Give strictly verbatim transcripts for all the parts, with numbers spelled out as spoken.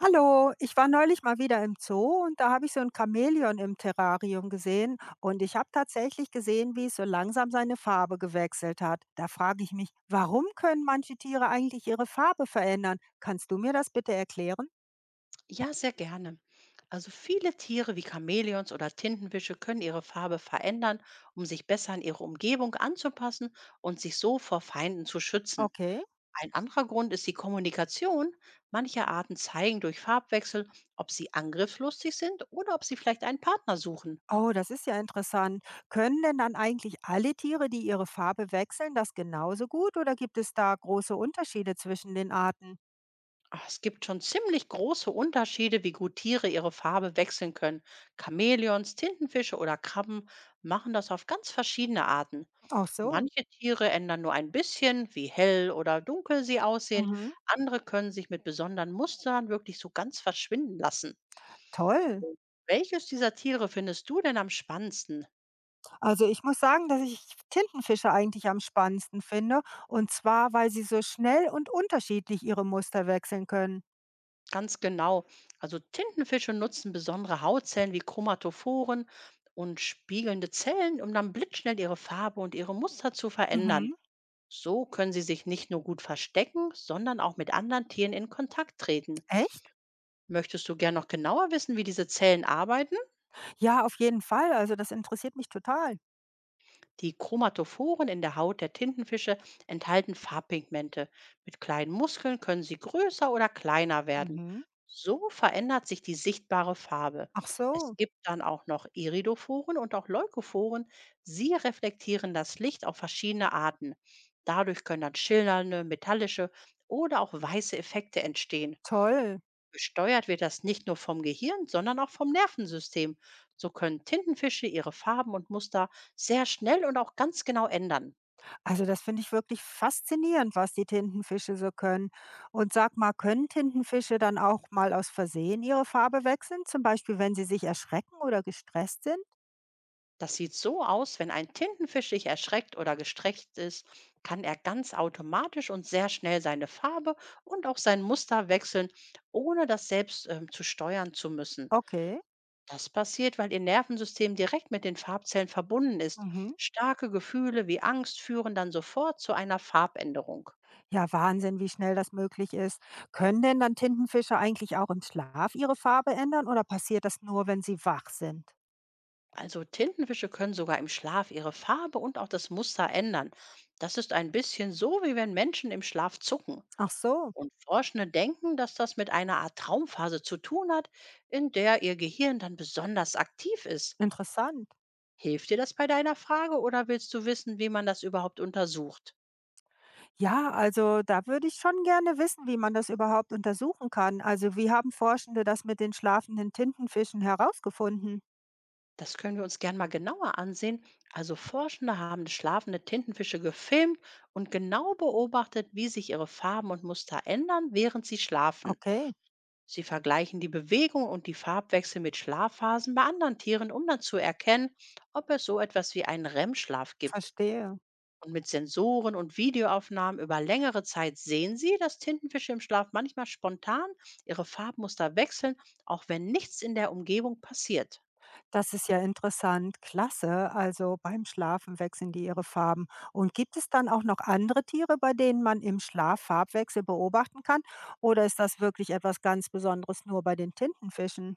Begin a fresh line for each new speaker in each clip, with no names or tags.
Hallo, ich war neulich mal wieder im Zoo und da habe ich so ein Chamäleon im Terrarium gesehen und ich habe tatsächlich gesehen, wie es so langsam seine Farbe gewechselt hat. Da frage ich mich, warum können manche Tiere eigentlich ihre Farbe verändern? Kannst du mir das bitte erklären?
Ja, sehr gerne. Also viele Tiere wie Chamäleons oder Tintenwische können ihre Farbe verändern, um sich besser an ihre Umgebung anzupassen und sich so vor Feinden zu schützen.
Okay.
Ein anderer Grund ist die Kommunikation. Manche Arten zeigen durch Farbwechsel, ob sie angriffslustig sind oder ob sie vielleicht einen Partner suchen.
Oh, das ist ja interessant. Können denn dann eigentlich alle Tiere, die ihre Farbe wechseln, das genauso gut oder gibt es da große Unterschiede zwischen den Arten?
Ah, Es gibt schon ziemlich große Unterschiede, wie gut Tiere ihre Farbe wechseln können. Chamäleons, Tintenfische oder Krabben machen das auf ganz verschiedene Arten.
Ach so.
Manche Tiere ändern nur ein bisschen, wie hell oder dunkel sie aussehen.
Mhm.
Andere können sich mit besonderen Mustern wirklich so ganz verschwinden lassen.
Toll.
Welches dieser Tiere findest du denn am spannendsten?
Also, ich muss sagen, dass ich Tintenfische eigentlich am spannendsten finde, und zwar, weil sie so schnell und unterschiedlich ihre Muster wechseln können.
Ganz genau. Also Tintenfische nutzen besondere Hautzellen wie Chromatophoren und spiegelnde Zellen, um dann blitzschnell ihre Farbe und ihre Muster zu verändern.
Mhm.
So können sie sich nicht nur gut verstecken, sondern auch mit anderen Tieren in Kontakt treten.
Echt?
Möchtest du gern noch genauer wissen, wie diese Zellen arbeiten?
Ja, auf jeden Fall. Also, das interessiert mich total.
Die Chromatophoren in der Haut der Tintenfische enthalten Farbpigmente. Mit kleinen Muskeln können sie größer oder kleiner werden.
Mhm.
So verändert sich die sichtbare Farbe.
Ach
Es
so,
gibt dann auch noch Iridophoren und auch Leukophoren. Sie reflektieren das Licht auf verschiedene Arten. Dadurch können dann schillernde, metallische oder auch weiße Effekte entstehen.
toll.
Gesteuert wird das nicht nur vom Gehirn, sondern auch vom Nervensystem. So können Tintenfische ihre Farben und Muster sehr schnell und auch ganz genau ändern.
Also, das finde ich wirklich faszinierend, was die Tintenfische so können. Und sag mal, können Tintenfische dann auch mal aus Versehen ihre Farbe wechseln, zum Beispiel, wenn sie sich erschrecken oder gestresst sind?
Das sieht so aus, wenn ein Tintenfisch sich erschreckt oder gestreckt ist, kann er ganz automatisch und sehr schnell seine Farbe und auch sein Muster wechseln, ohne das selbst ähm, zu steuern zu müssen.
Okay.
Das passiert, weil ihr Nervensystem direkt mit den Farbzellen verbunden ist.
Mhm.
Starke Gefühle wie Angst führen dann sofort zu einer Farbänderung.
Ja, Wahnsinn, wie schnell das möglich ist. Können denn dann Tintenfische eigentlich auch im Schlaf ihre Farbe ändern oder passiert das nur, wenn sie wach sind?
Also Tintenfische können sogar im Schlaf ihre Farbe und auch das Muster ändern. Das ist ein bisschen so, wie wenn Menschen im Schlaf zucken.
Ach so,
Und Forschende denken, dass das mit einer Art Traumphase zu tun hat, in der ihr Gehirn dann besonders aktiv ist.
interessant.
Hilft dir das bei deiner Frage oder willst du wissen, wie man das überhaupt untersucht?
Ja, also da würde ich schon gerne wissen, wie man das überhaupt untersuchen kann. Also wie haben Forschende das mit den schlafenden Tintenfischen herausgefunden?
Das können wir uns gern mal genauer ansehen. Also Forschende haben schlafende Tintenfische gefilmt und genau beobachtet, wie sich ihre Farben und Muster ändern, während sie schlafen.
Okay,
Sie vergleichen die Bewegung und die Farbwechsel mit Schlafphasen bei anderen Tieren, um dann zu erkennen, ob es so etwas wie einen R E M-Schlaf gibt.
verstehe.
Und mit Sensoren und Videoaufnahmen über längere Zeit sehen Sie, dass Tintenfische im Schlaf manchmal spontan ihre Farbmuster wechseln, auch wenn nichts in der Umgebung passiert.
Das ist ja interessant, klasse. Also beim Schlafen wechseln die ihre Farben. Und gibt es dann auch noch andere Tiere, bei denen man im Schlaf Farbwechsel beobachten kann? Oder ist das wirklich etwas ganz Besonderes nur bei den Tintenfischen?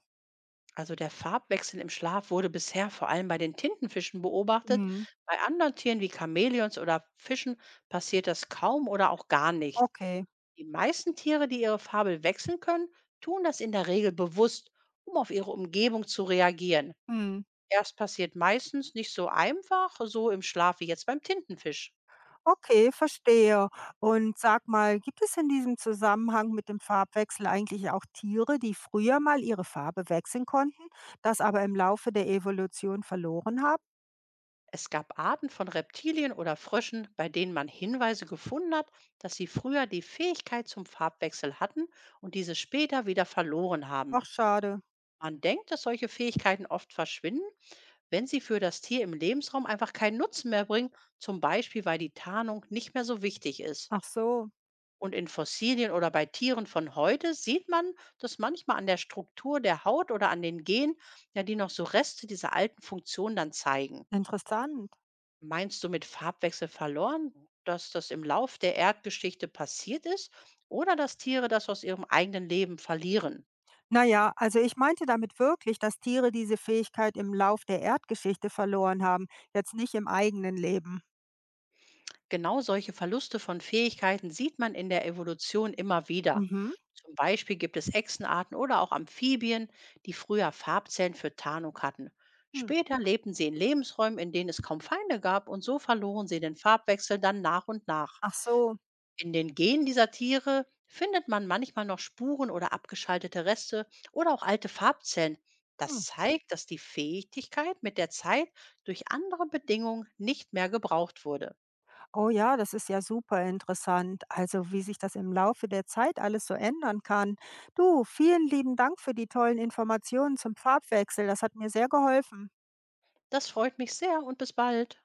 Also der Farbwechsel im Schlaf wurde bisher vor allem bei den Tintenfischen beobachtet.
Hm,
Bei anderen Tieren wie Chamäleons oder Fischen passiert das kaum oder auch gar nicht.
okay.
Die meisten Tiere, die ihre Farbe wechseln können, tun das in der Regel bewusst, um auf ihre Umgebung zu reagieren.
Hm.
Das passiert meistens nicht so einfach, so im Schlaf wie jetzt beim Tintenfisch.
Okay, verstehe. Und sag mal, gibt es in diesem Zusammenhang mit dem Farbwechsel eigentlich auch Tiere, die früher mal ihre Farbe wechseln konnten, das aber im Laufe der Evolution verloren haben?
Es gab Arten von Reptilien oder Fröschen, bei denen man Hinweise gefunden hat, dass sie früher die Fähigkeit zum Farbwechsel hatten und diese später wieder verloren haben.
Ach, schade.
Man denkt, dass solche Fähigkeiten oft verschwinden, wenn sie für das Tier im Lebensraum einfach keinen Nutzen mehr bringen, zum Beispiel weil die Tarnung nicht mehr so wichtig ist.
Ach so,
Und in Fossilien oder bei Tieren von heute sieht man, dass manchmal an der Struktur der Haut oder an den Genen, ja, die noch so Reste dieser alten Funktion dann zeigen.
interessant.
Meinst du mit Farbwechsel verloren, dass das im Lauf der Erdgeschichte passiert ist oder dass Tiere das aus ihrem eigenen Leben verlieren?
Na ja, also ich meinte damit wirklich, dass Tiere diese Fähigkeit im Lauf der Erdgeschichte verloren haben, jetzt nicht im eigenen Leben.
Genau solche Verluste von Fähigkeiten sieht man in der Evolution immer wieder.
Mhm.
Zum Beispiel gibt es Echsenarten oder auch Amphibien, die früher Farbzellen für Tarnung hatten.
Hm.
Später lebten sie in Lebensräumen, in denen es kaum Feinde gab und so verloren sie den Farbwechsel dann nach und nach.
Ach so.
In den Genen dieser Tiere findet man manchmal noch Spuren oder abgeschaltete Reste oder auch alte Farbzellen.
Hm.
Das zeigt, dass die Fähigkeit mit der Zeit durch andere Bedingungen nicht mehr gebraucht wurde.
Oh ja, das ist ja super interessant. Also wie sich das im Laufe der Zeit alles so ändern kann. Du, vielen lieben Dank für die tollen Informationen zum Farbwechsel. Das hat mir sehr geholfen.
Das freut mich sehr und bis bald.